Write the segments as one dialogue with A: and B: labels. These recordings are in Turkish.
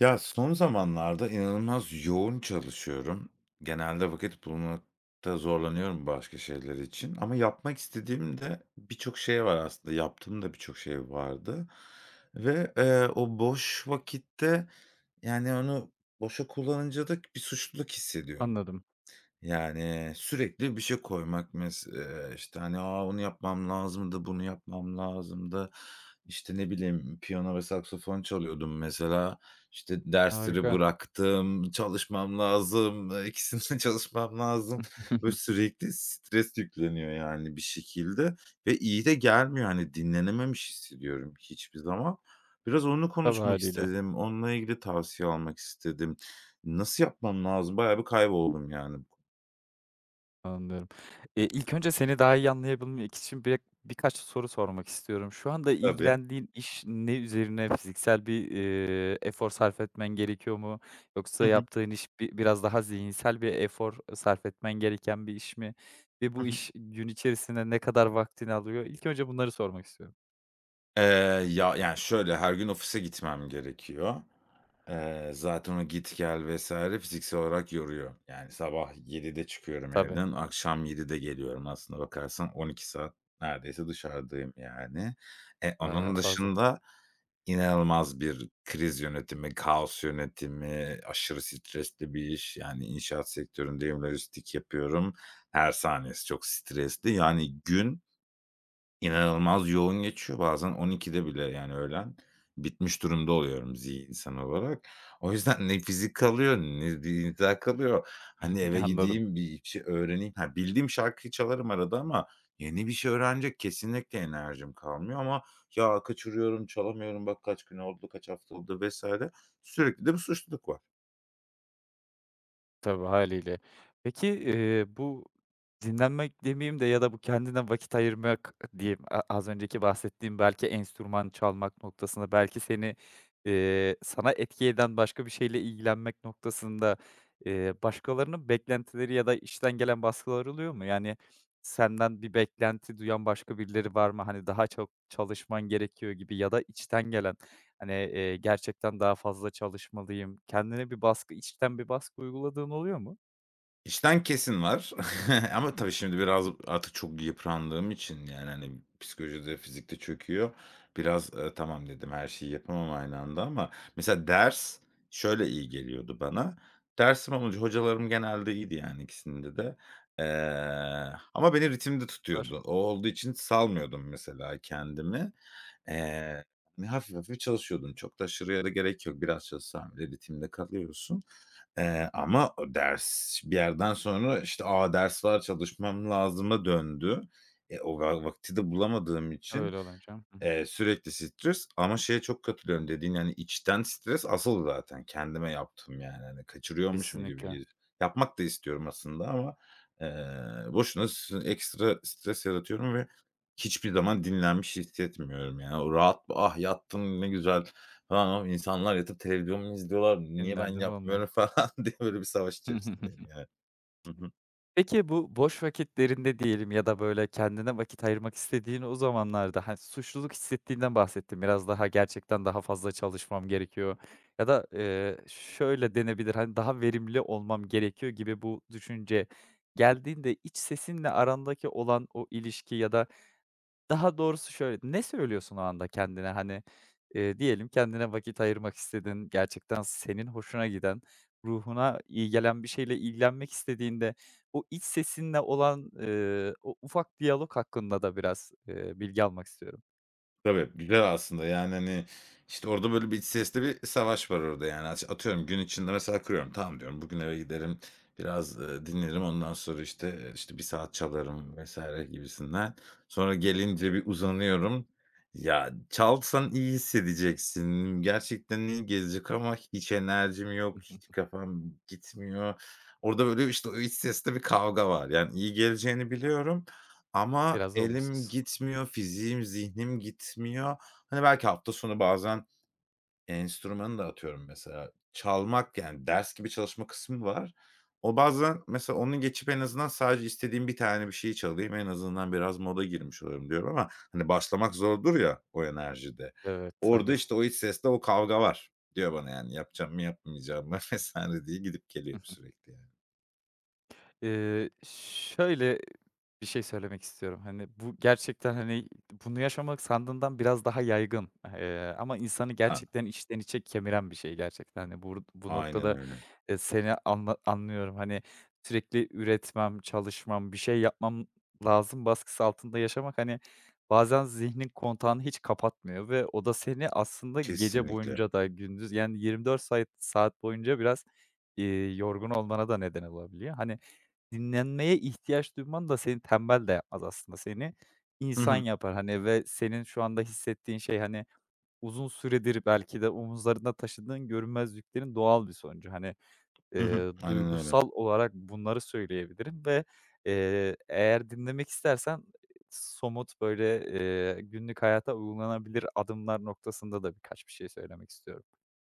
A: Ya, son zamanlarda inanılmaz yoğun çalışıyorum. Genelde vakit bulmakta zorlanıyorum başka şeyler için ama yapmak istediğim de birçok şey var aslında. Yaptığım da birçok şey vardı ve, o boş vakitte, yani, onu boşa kullanınca da bir suçluluk hissediyorum.
B: Anladım.
A: Yani, sürekli bir şey koymak işte, hani, "A, onu yapmam lazımdı, bunu yapmam lazımdı." İşte, ne bileyim, piyano ve saksafon çalıyordum mesela. İşte, dersleri
B: Harika.
A: bıraktım, çalışmam lazım, ikisinde çalışmam lazım. Böyle sürekli stres yükleniyor yani bir şekilde ve iyi de gelmiyor. Hani, dinlenememiş hissediyorum hiçbir zaman. Biraz onu
B: Tabii
A: konuşmak
B: haliyle
A: istedim. Onunla ilgili tavsiye almak istedim. Nasıl yapmam lazım? Bayağı bir kayboldum yani.
B: anlıyorum. İlk önce seni daha iyi anlayabilmek için birkaç soru sormak istiyorum. Şu anda
A: Tabii.
B: ilgilendiğin iş ne üzerine? Fiziksel bir efor sarf etmen gerekiyor mu?
A: Hı
B: Yoksa
A: hı.
B: yaptığın iş biraz daha zihinsel bir efor sarf etmen gereken bir iş mi? Ve
A: Hı
B: bu
A: hı.
B: iş gün içerisinde ne kadar vaktini alıyor? İlk önce bunları sormak istiyorum.
A: Eee, ya, yani, şöyle, her gün ofise gitmem gerekiyor. Zaten o git gel vs. fiziksel olarak yoruyor. Yani sabah 7'de çıkıyorum
B: Tabii,
A: evden, akşam 7'de geliyorum. Aslına bakarsan 12 saat neredeyse dışarıdayım yani. E,
B: bayağı
A: onun
B: fazla.
A: dışında inanılmaz bir kriz yönetimi, kaos yönetimi, aşırı stresli bir iş. Yani inşaat sektöründeyim, lojistik yapıyorum. Her saniyesi çok stresli. Yani gün İnanılmaz yoğun geçiyor. Bazen 12'de bile yani öğlen bitmiş durumda oluyorum zihinsel olarak. O yüzden ne fizik kalıyor ne bir iddia kalıyor. Hani eve
B: Anladım.
A: gideyim bir şey öğreneyim. Ha, bildiğim şarkıyı çalarım arada ama yeni bir şey öğrenecek kesinlikle enerjim kalmıyor ama ya kaçırıyorum, çalamıyorum, bak kaç gün oldu, kaç hafta oldu vesaire. Sürekli de bir suçluluk var.
B: Tabii, hâliyle. Peki, bu dinlenmek demeyeyim de ya da bu kendine vakit ayırmak diyeyim, az önceki bahsettiğim belki enstrüman çalmak noktasında, belki sana etki eden başka bir şeyle ilgilenmek noktasında, başkalarının beklentileri ya da işten gelen baskılar oluyor mu? Yani, senden bir beklenti duyan başka birileri var mı? Hani, daha çok çalışman gerekiyor gibi ya da içten gelen. Hani, gerçekten daha fazla çalışmalıyım. Kendine bir baskı, içten bir baskı uyguladığın oluyor mu?
A: İşten kesin var ama tabii şimdi biraz artık çok yıprandığım için, yani, hani, psikolojide, fizikte çöküyor. Biraz, tamam dedim, her şeyi yapamam aynı anda ama mesela ders şöyle iyi geliyordu bana. Dersim olunca hocalarım genelde iyiydi, yani, ikisinde de. Ama beni ritimde
B: Var.
A: tutuyordu. O olduğu için salmıyordum mesela kendimi. Eee, hafif hafif çalışıyordum. Çok da aşırıya da gerek yok. Biraz çalışsam bile ritimde kalıyorsun. Ama o ders bir yerden sonra, işte, "A, ders var, çalışmam lazım"a döndü. O vakti de bulamadığım için.
B: Öyle olunca. Hı hı.
A: Sürekli stres ama şeye çok katılıyorum dediğin, yani, içten stres asıl zaten kendime yaptım, yani, hani, kaçırıyormuşum gibi
B: Kesinlikle.
A: geliyor. Yapmak da istiyorum aslında ama, boşuna ekstra stres yaratıyorum ve hiçbir zaman dinlenmiş hissetmiyorum, yani. O rahat, "Ah, yattım ne güzel." falan ama insanlar yatıp televizyon mu izliyorlar, niye ben
B: Dinlendim olmuyor.
A: yapmıyorum falan diye böyle bir savaş içerisindeyim, yani.
B: Peki bu boş vakitlerinde diyelim ya da böyle kendine vakit ayırmak istediğin o zamanlarda, hani, suçluluk hissettiğinden bahsettim. Biraz daha gerçekten daha fazla çalışmam gerekiyor ya da, şöyle denebilir, hani, daha verimli olmam gerekiyor gibi bu düşünce geldiğinde iç sesinle arandaki olan o ilişki ya da. Daha doğrusu şöyle, ne söylüyorsun o anda kendine? Hani, diyelim kendine vakit ayırmak istediğin, gerçekten senin hoşuna giden, ruhuna iyi gelen bir şeyle ilgilenmek istediğinde o iç sesinle olan o ufak diyalog hakkında da biraz bilgi almak istiyorum.
A: Tabii, güzel aslında, yani, hani, işte, orada böyle bir iç sesli bir savaş var orada, yani. Atıyorum gün içinde mesela kırıyorum. Tamam diyorum, bugün eve giderim, biraz, dinlenirim, ondan sonra, işte, işte, bir saat çalarım vesaire gibisinden. Sonra gelince bir uzanıyorum. Ya, çalsan iyi hissedeceksin, gerçekten iyi gelecek ama hiç enerjim yok, hiç kafam gitmiyor. Orada böyle, işte, o iç sesli bir kavga var. Yani iyi geleceğini biliyorum ama
B: Biraz
A: elim
B: olumsuz.
A: gitmiyor, fiziğim, zihnim gitmiyor. Hani, belki hafta sonu bazen enstrümanı da atıyorum mesela. Çalmak, yani, ders gibi çalışma kısmı var. O bazen mesela onu geçip en azından sadece istediğim bir tane bir şeyi çalayım, en azından biraz moda girmiş oluyorum diyorum ama, hani, başlamak zordur ya o enerjide.
B: Evet,
A: Orada,
B: tabii.
A: işte, o iç sesle o kavga var. Diyor bana, yani, yapacağım mı, yapmayacağım mı vs. diye gidip geliyor
B: Hı hı.
A: sürekli yani.
B: Şöyle bir şey söylemek istiyorum. Hani, bu gerçekten, hani, bunu yaşamak sandığından biraz daha yaygın, ama insanı
A: Ha,
B: gerçekten içten içe kemiren bir şey gerçekten. Hani, bu
A: aynen
B: noktada,
A: öyle.
B: seni anlıyorum. Hani, sürekli üretmem, çalışmam, bir şey yapmam lazım baskısı altında yaşamak, hani, bazen zihnin kontağını hiç kapatmıyor ve o da seni aslında gece
A: Kesinlikle.
B: boyunca da gündüz yani 24 sayt saat saat boyunca biraz yorgun olmana da neden olabiliyor. Hani, dinlenmeye ihtiyaç duyman da seni tembel de yapmaz aslında. Seni
A: Hı
B: insan
A: hı.
B: yapar, hani, ve senin şu anda hissettiğin şey, hani, uzun süredir belki de omuzlarında taşıdığın görünmez yüklerin doğal bir sonucu. Hani,
A: Hı hı. Aynen öyle.
B: duygusal olarak bunları söyleyebilirim ve, eğer dinlemek istersen somut, böyle, günlük hayata uygulanabilir adımlar noktasında da birkaç bir şey söylemek istiyorum.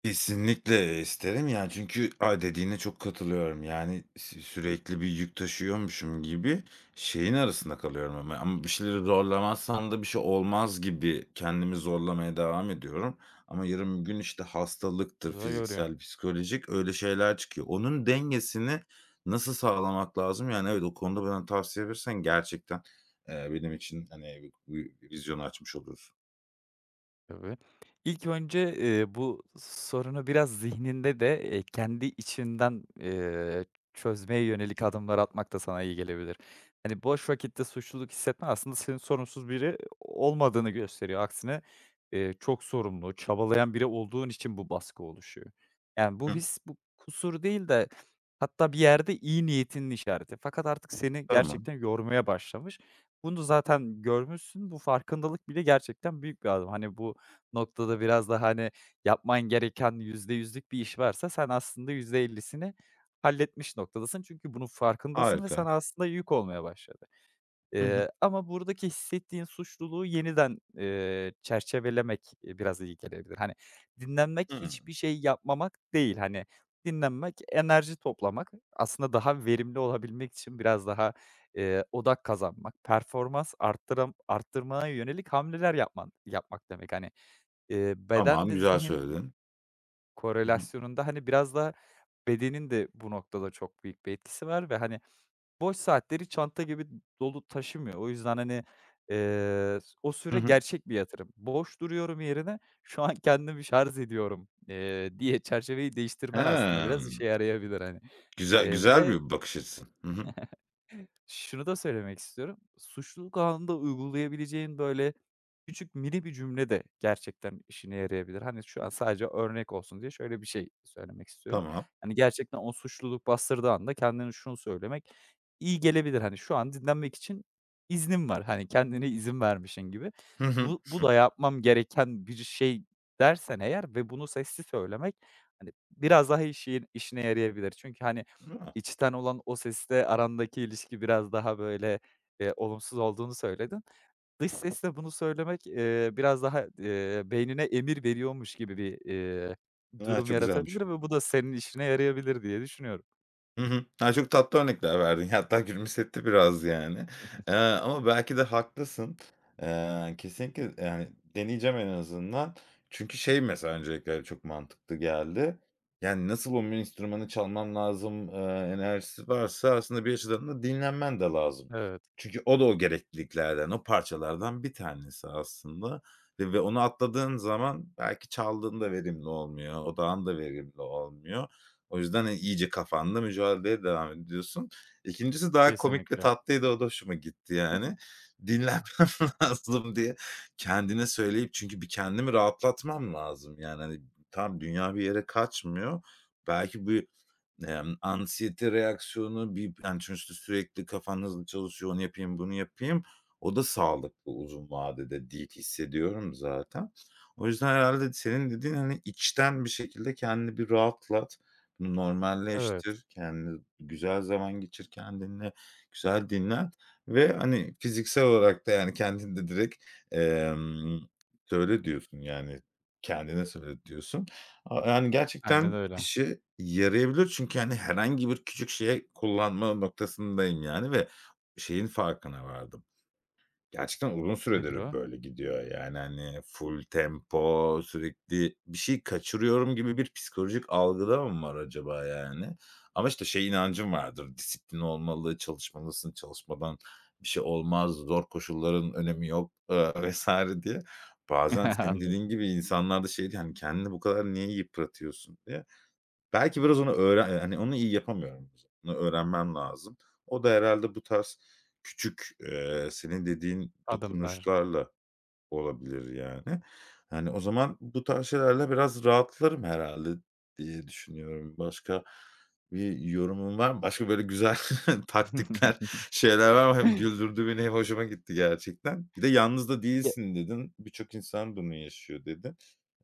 A: Kesinlikle isterim yani çünkü a dediğine çok katılıyorum. Yani sürekli bir yük taşıyormuşum gibi şeyin arasında kalıyorum ama bir şeyleri zorlamazsam da bir şey olmaz gibi kendimi zorlamaya devam ediyorum. Ama yarın bir gün, işte, hastalıktır,
B: Güzel görüyor.
A: fiziksel, psikolojik öyle şeyler çıkıyor. Onun dengesini nasıl sağlamak lazım? Yani evet, o konuda bana tavsiye verirsen gerçekten, benim için, hani, vi vi vizyonu açmış olursun.
B: Tabii. İlk önce, bu sorunu biraz zihninde de, kendi içinden, çözmeye yönelik adımlar atmak da sana iyi gelebilir. Hani, boş vakitte suçluluk hissetmen aslında senin sorumsuz biri olmadığını gösteriyor. Aksine, çok sorumlu, çabalayan biri olduğun için bu baskı oluşuyor. Yani, bu
A: Hı,
B: his bu kusur değil de hatta bir yerde iyi niyetinin işareti. Fakat artık seni
A: tamam,
B: gerçekten yormaya başlamış. Bunu zaten görmüşsün. Bu farkındalık bile gerçekten büyük bir adım. Hani, bu noktada biraz daha, hani, yapman gereken yüzde yüzlük bir iş varsa sen aslında %50'sini halletmiş noktadasın. Çünkü bunun farkındasın ve
A: harika.
B: sana aslında yük olmaya başladı.
A: Hı hı.
B: Ama buradaki hissettiğin suçluluğu yeniden çerçevelemek, biraz iyi gelebilir. Hani, dinlenmek
A: Hıı.
B: hiçbir şey yapmamak değil. Hani, dinlenmek, enerji toplamak, aslında daha verimli olabilmek için biraz daha, odak kazanmak, performans arttırmaya yönelik hamleler yapmak demek. Hani,
A: Tamam,
B: bedenle
A: güzel
B: zihin
A: söyledin. Hı hı.
B: korelasyonunda, hani, biraz da bedenin de bu noktada çok büyük bir etkisi var ve, hani, boş saatleri çanta gibi dolu taşımıyor. O yüzden, hani, o
A: Hı
B: süre
A: hı.
B: gerçek bir yatırım. Boş duruyorum yerine şu an kendimi şarj ediyorum, diye çerçeveyi değiştirmen aslında biraz işe
A: Hımm.
B: yarayabilir, hani.
A: Güzel güzel
B: Ve
A: bir bakış açısı. Hı hı.
B: Şunu da söylemek istiyorum. Suçluluk anında uygulayabileceğin, böyle, küçük mini bir cümle de gerçekten işine yarayabilir. Hani, şu an sadece örnek olsun diye şöyle bir şey söylemek istiyorum.
A: Tamam.
B: Hani, gerçekten o suçluluk bastırdığı anda kendine şunu söylemek iyi gelebilir. Hani, "Şu an dinlenmek için iznim var." Hani, kendine izin vermişsin gibi.
A: Hı hı.
B: "Bu da yapmam gereken bir şey." dersen eğer ve bunu sessiz söylemek, hani, biraz daha işine yarayabilir. Çünkü, hani,
A: A!
B: İçten olan o sesle arandaki ilişki biraz daha, böyle, olumsuz olduğunu söyledin. Dış sesle bunu söylemek, biraz daha, beynine emir veriyormuş gibi bir
A: A,
B: durum
A: çok güzelmiş.
B: yaratabilir ve bu da senin işine yarayabilir diye düşünüyorum.
A: Hı hı. Ya, çok tatlı örnekler verdin. Hatta gülümsetti biraz yani. Ama belki de haklısın. Kesinlikle, yani, deneyeceğim en azından. Çünkü şey mesela öncelikle çok mantıklı geldi. Yani, nasıl 10.000 enstrümanı çalmam lazım, enerjisi varsa aslında bir açıdan da dinlenmen de lazım.
B: Evet,
A: Çünkü o da o gerekliliklerden, o parçalardan bir tanesi aslında ve onu atladığın zaman belki çaldığında verimli olmuyor, odağın da verimli olmuyor. O yüzden, hani, iyice kafanda mücadeleye devam ediyorsun. İkincisi daha komik ve
B: kesinlikle.
A: tatlıydı. O da hoşuma gitti
B: Hı hı.
A: yani. "Dinlenmem lazım." diye kendine söyleyip çünkü bir kendimi rahatlatmam lazım. Yani, hani, tamam dünya bir yere kaçmıyor. Belki bu anksiyete reaksiyonu bir yani, çünkü sürekli kafan hızlı çalışıyor, onu yapayım, bunu yapayım. O da sağlıklı uzun vadede değil, hissediyorum zaten. O yüzden herhâlde senin dediğin, hani, içten bir şekilde kendini bir rahatlat, bunu
B: Evet,
A: normalleştir, kendine güzel zaman geçir kendinle, güzel dinlen ve, hani, fiziksel olarak da, yani, kendin de direkt, emm, söyle diyorsun, yani, kendine söyle diyorsun. A yani,
B: aynen
A: gerçekten
B: öyle.
A: işi yarayabilir çünkü, hani, herhangi bir küçük şeye kullanma noktasındayım, yani, ve şeyin farkına vardım. Gerçekten uzun
B: Nedir
A: süredir
B: o?
A: böyle gidiyor. Yani, hani, full tempo, sürekli bir şey kaçırıyorum gibi bir psikolojik algıda mı var acaba yani? Ama, işte, şey inancım vardır, disiplin olmalı, çalışmalısın, çalışmadan bir şey olmaz, zor koşulların önemi yok, vs. diye. Bazen senin dediğin
B: Anladım.
A: gibi insanlarda şey diyor, hani, "Kendini bu kadar niye yıpratıyorsun?" diye. Belki biraz onu öğren hani onu iyi yapamıyorum. Onu öğrenmem lazım. O da herhâlde bu tarz küçük, senin dediğin
B: Adımlar.
A: dokunuşlarla olabilir yani. Hani, o zaman bu tarz şeylerle biraz rahatlarım herhâlde diye düşünüyorum. Başka bir yorumun var mı? Başka böyle güzel taktikler, şeyler var mı? Hem güldürdü beni hem hoşuma gitti gerçekten. Bir de "Yalnız da
B: Ya.
A: değilsin." dedin. "Birçok insan bunu yaşıyor." dedin.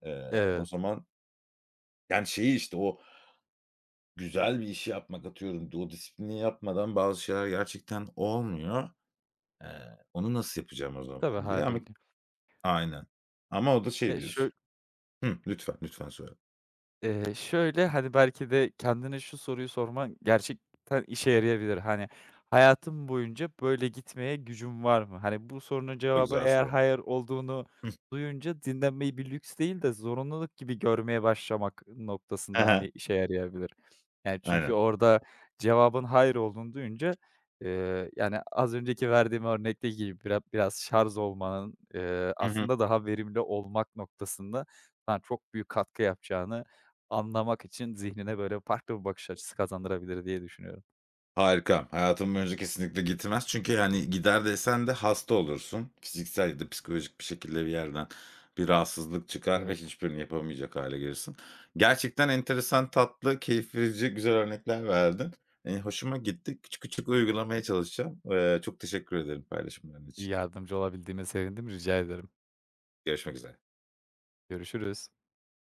A: O
B: Evet,
A: zaman, yani, şeyi, işte, o güzel bir işi yapmak, atıyorum, o disiplini yapmadan bazı şeyler gerçekten olmuyor. Onu nasıl yapacağım o
B: tabii
A: zaman diye ama.
B: hâliyle.
A: Aynen. Ama o da şey
B: Ya, şö
A: diyorsun. Hıh, lütfen, lütfen söyle.
B: Şöyle, hani, belki de kendine şu soruyu sorman gerçekten işe yarayabilir. Hani, hayatım boyunca böyle gitmeye gücüm var mı? Hani, bu sorunun
A: O da
B: cevabı
A: güzel
B: eğer
A: soru.
B: hayır olduğunu
A: Hıh.
B: duyunca dinlenmeyi bir lüks değil de zorunluluk gibi görmeye başlamak
A: He
B: noktasında,
A: he.
B: hani, işe yarayabilir. Yani, çünkü
A: Aynen.
B: orada cevabın hayır olduğunu duyunca, yani, az önceki verdiğim örnekteki gibi biraz şarj olmanın,
A: Hı hı.
B: aslında daha verimli olmak noktasında sana çok büyük katkı yapacağını anlamak için zihnine böyle farklı bir bakış açısı kazandırabilir diye düşünüyorum.
A: Harika. Hayatım boyunca kesinlikle gitmez. Çünkü, hani, gider desen de hasta olursun. Fiziksel ya da psikolojik bir şekilde bir yerden bir rahatsızlık çıkar ve
B: Evet.
A: hiçbirini yapamayacak hale gelirsin. Gerçekten enteresan, tatlı, keyif verici, güzel örnekler verdin. Hoşuma gitti. Küçük küçük uygulamaya çalışacağım. Çok teşekkür ederim paylaşımların
B: İyi
A: için.
B: yardımcı olabildiğime sevindim, rica ederim.
A: Görüşmek üzere.
B: Görüşürüz.